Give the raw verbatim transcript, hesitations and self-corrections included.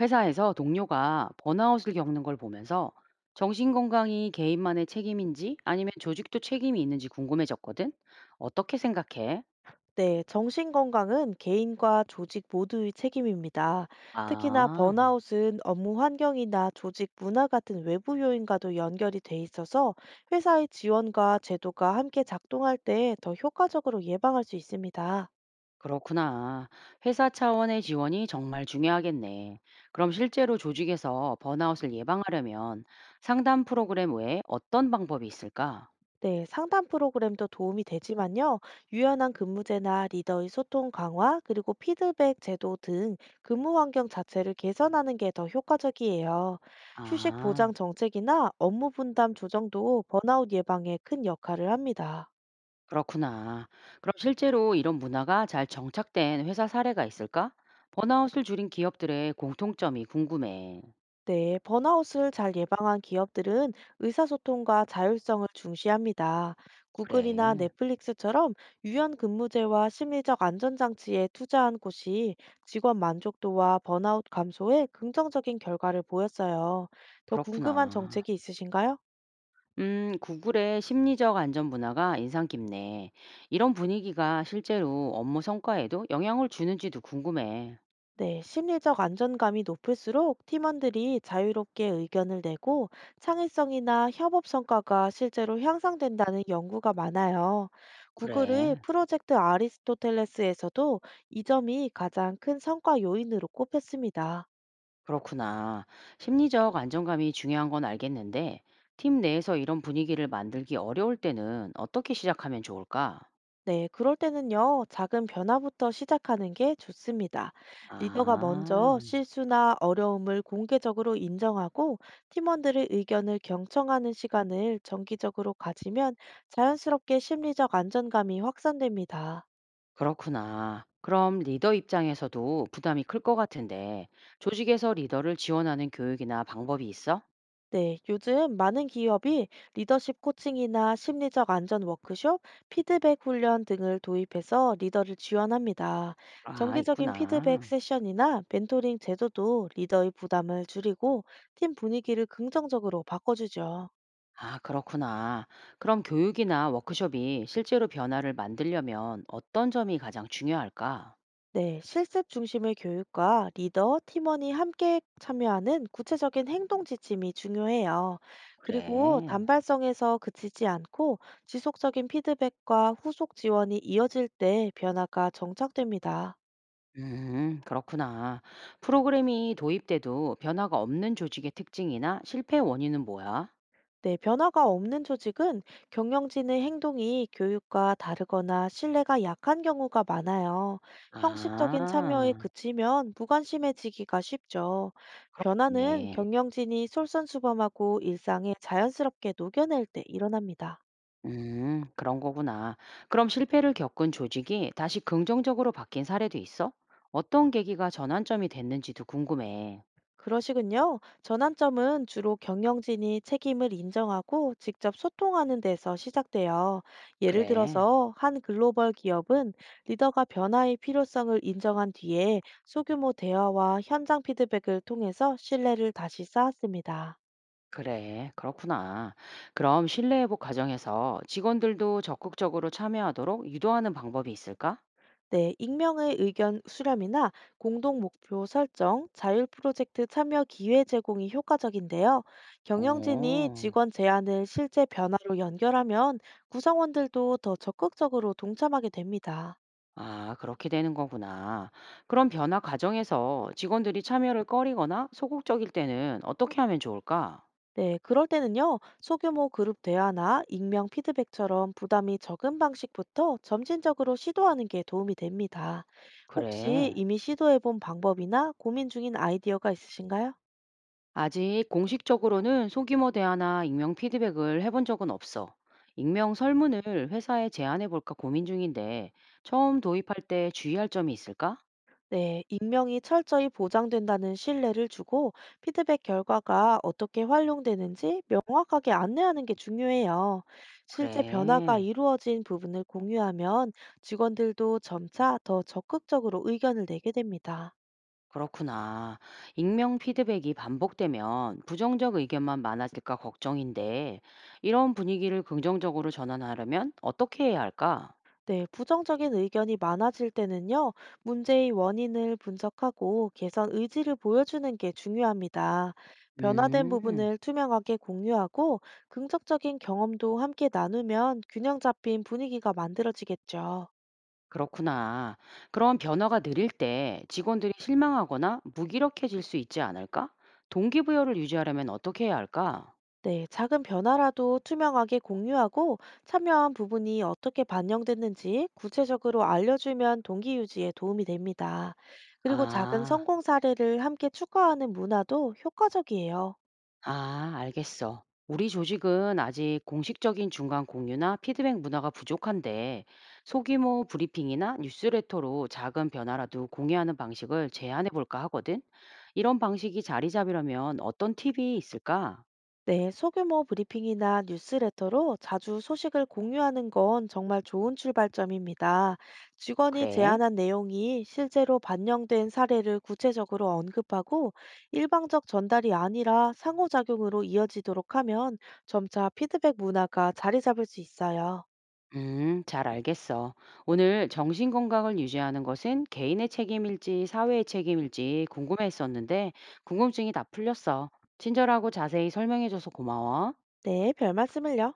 회사에서 동료가 번아웃을 겪는 걸 보면서 정신건강이 개인만의 책임인지 아니면 조직도 책임이 있는지 궁금해졌거든? 어떻게 생각해? 네, 정신건강은 개인과 조직 모두의 책임입니다. 특히나 아, 번아웃은 업무 환경이나 조직 문화 같은 외부 요인과도 연결이 돼 있어서 회사의 지원과 제도가 함께 작동할 때 더 효과적으로 예방할 수 있습니다. 그렇구나. 회사 차원의 지원이 정말 중요하겠네. 그럼 실제로 조직에서 번아웃을 예방하려면 상담 프로그램 외에 어떤 방법이 있을까? 네, 상담 프로그램도 도움이 되지만요. 유연한 근무제나 리더의 소통 강화, 그리고 피드백 제도 등 근무 환경 자체를 개선하는 게 더 효과적이에요. 휴식 보장 아. 정책이나 업무 분담 조정도 번아웃 예방에 큰 역할을 합니다. 그렇구나. 그럼 실제로 이런 문화가 잘 정착된 회사 사례가 있을까? 번아웃을 줄인 기업들의 공통점이 궁금해. 네, 번아웃을 잘 예방한 기업들은 의사소통과 자율성을 중시합니다. 구글이나 그래, 넷플릭스처럼 유연 근무제와 심리적 안전장치에 투자한 곳이 직원 만족도와 번아웃 감소에 긍정적인 결과를 보였어요. 더 궁금한 그렇구나. 정책이 있으신가요? 음, 구글의 심리적 안전 문화가 인상 깊네. 이런 분위기가 실제로 업무 성과에도 영향을 주는지도 궁금해. 네, 심리적 안전감이 높을수록 팀원들이 자유롭게 의견을 내고 창의성이나 협업 성과가 실제로 향상된다는 연구가 많아요. 구글의 그래, 프로젝트 아리스토텔레스에서도 이 점이 가장 큰 성과 요인으로 꼽혔습니다. 그렇구나. 심리적 안정감이 중요한 건 알겠는데, 팀 내에서 이런 분위기를 만들기 어려울 때는 어떻게 시작하면 좋을까? 네, 그럴 때는요, 작은 변화부터 시작하는 게 좋습니다. 리더가 먼저 아. 실수나 어려움을 공개적으로 인정하고 팀원들의 의견을 경청하는 시간을 정기적으로 가지면 자연스럽게 심리적 안정감이 확산됩니다. 그렇구나. 그럼 리더 입장에서도 부담이 클 것 같은데, 조직에서 리더를 지원하는 교육이나 방법이 있어? 네, 요즘 많은 기업이 리더십 코칭이나 심리적 안전 워크숍, 피드백 훈련 등을 도입해서 리더를 지원합니다. 아, 정기적인 피드백 있구나. 세션이나 멘토링 제도도 리더의 부담을 줄이고 팀 분위기를 긍정적으로 바꿔주죠. 아, 그렇구나. 그럼 교육이나 워크숍이 실제로 변화를 만들려면 어떤 점이 가장 중요할까? 네, 실습 중심의 교육과 리더, 팀원이 함께 참여하는 구체적인 행동 지침이 중요해요. 그리고 그래. 단발성에서 그치지 않고 지속적인 피드백과 후속 지원이 이어질 때 변화가 정착됩니다. 음, 그렇구나. 프로그램이 도입돼도 변화가 없는 조직의 특징이나 실패 원인은 뭐야? 네, 변화가 없는 조직은 경영진의 행동이 교육과 다르거나 신뢰가 약한 경우가 많아요. 형식적인 참여에 아, 그치면 무관심해지기가 쉽죠. 변화는 네. 경영진이 솔선수범하고 일상에 자연스럽게 녹여낼 때 일어납니다. 음, 그런 거구나. 그럼 실패를 겪은 조직이 다시 긍정적으로 바뀐 사례도 있어? 어떤 계기가 전환점이 됐는지도 궁금해. 그러시군요. 전환점은 주로 경영진이 책임을 인정하고 직접 소통하는 데서 시작돼요. 예를 그래, 들어서 한 글로벌 기업은 리더가 변화의 필요성을 인정한 뒤에 소규모 대화와 현장 피드백을 통해서 신뢰를 다시 쌓았습니다. 그래, 그렇구나. 그럼 신뢰 회복 과정에서 직원들도 적극적으로 참여하도록 유도하는 방법이 있을까? 네, 익명의 의견 수렴이나 공동 목표 설정, 자율 프로젝트 참여 기회 제공이 효과적인데요. 경영진이 오, 직원 제안을 실제 변화로 연결하면 구성원들도 더 적극적으로 동참하게 됩니다. 아, 그렇게 되는 거구나. 그럼 변화 과정에서 직원들이 참여를 꺼리거나 소극적일 때는 어떻게 하면 좋을까? 네, 그럴 때는요, 소규모 그룹 대화나 익명 피드백처럼 부담이 적은 방식부터 점진적으로 시도하는 게 도움이 됩니다. 혹시 그래. 이미 시도해본 방법이나 고민 중인 아이디어가 있으신가요? 아직 공식적으로는 소규모 대화나 익명 피드백을 해본 적은 없어. 익명 설문을 회사에 제안해 볼까 고민 중인데 처음 도입할 때 주의할 점이 있을까? 네, 익명이 철저히 보장된다는 신뢰를 주고 피드백 결과가 어떻게 활용되는지 명확하게 안내하는 게 중요해요. 실제 변화가 그래, 이루어진 부분을 공유하면 직원들도 점차 더 적극적으로 의견을 내게 됩니다. 그렇구나. 익명 피드백이 반복되면 부정적 의견만 많아질까 걱정인데 이런 분위기를 긍정적으로 전환하려면 어떻게 해야 할까? 네, 부정적인 의견이 많아질 때는요, 문제의 원인을 분석하고 개선 의지를 보여주는 게 중요합니다. 변화된 음. 부분을 투명하게 공유하고 긍정적인 경험도 함께 나누면 균형 잡힌 분위기가 만들어지겠죠. 그렇구나. 그럼 변화가 느릴 때 직원들이 실망하거나 무기력해질 수 있지 않을까? 동기부여를 유지하려면 어떻게 해야 할까? 네, 작은 변화라도 투명하게 공유하고 참여한 부분이 어떻게 반영됐는지 구체적으로 알려주면 동기 유지에 도움이 됩니다. 그리고 작은 아, 성공 사례를 함께 축하하는 문화도 효과적이에요. 아, 알겠어. 우리 조직은 아직 공식적인 중간 공유나 피드백 문화가 부족한데 소규모 브리핑이나 뉴스레터로 작은 변화라도 공유하는 방식을 제안해 볼까 하거든. 이런 방식이 자리 잡으려면 어떤 팁이 있을까? 네, 소규모 브리핑이나 뉴스레터로 자주 소식을 공유하는 건 정말 좋은 출발점입니다. 직원이 그래. 제안한 내용이 실제로 반영된 사례를 구체적으로 언급하고 일방적 전달이 아니라 상호작용으로 이어지도록 하면 점차 피드백 문화가 자리 잡을 수 있어요. 음, 잘 알겠어. 오늘 정신 건강을 유지하는 것은 개인의 책임일지 사회의 책임일지 궁금했었는데 궁금증이 다 풀렸어. 친절하고 자세히 설명해줘서 고마워. 네, 별 말씀을요.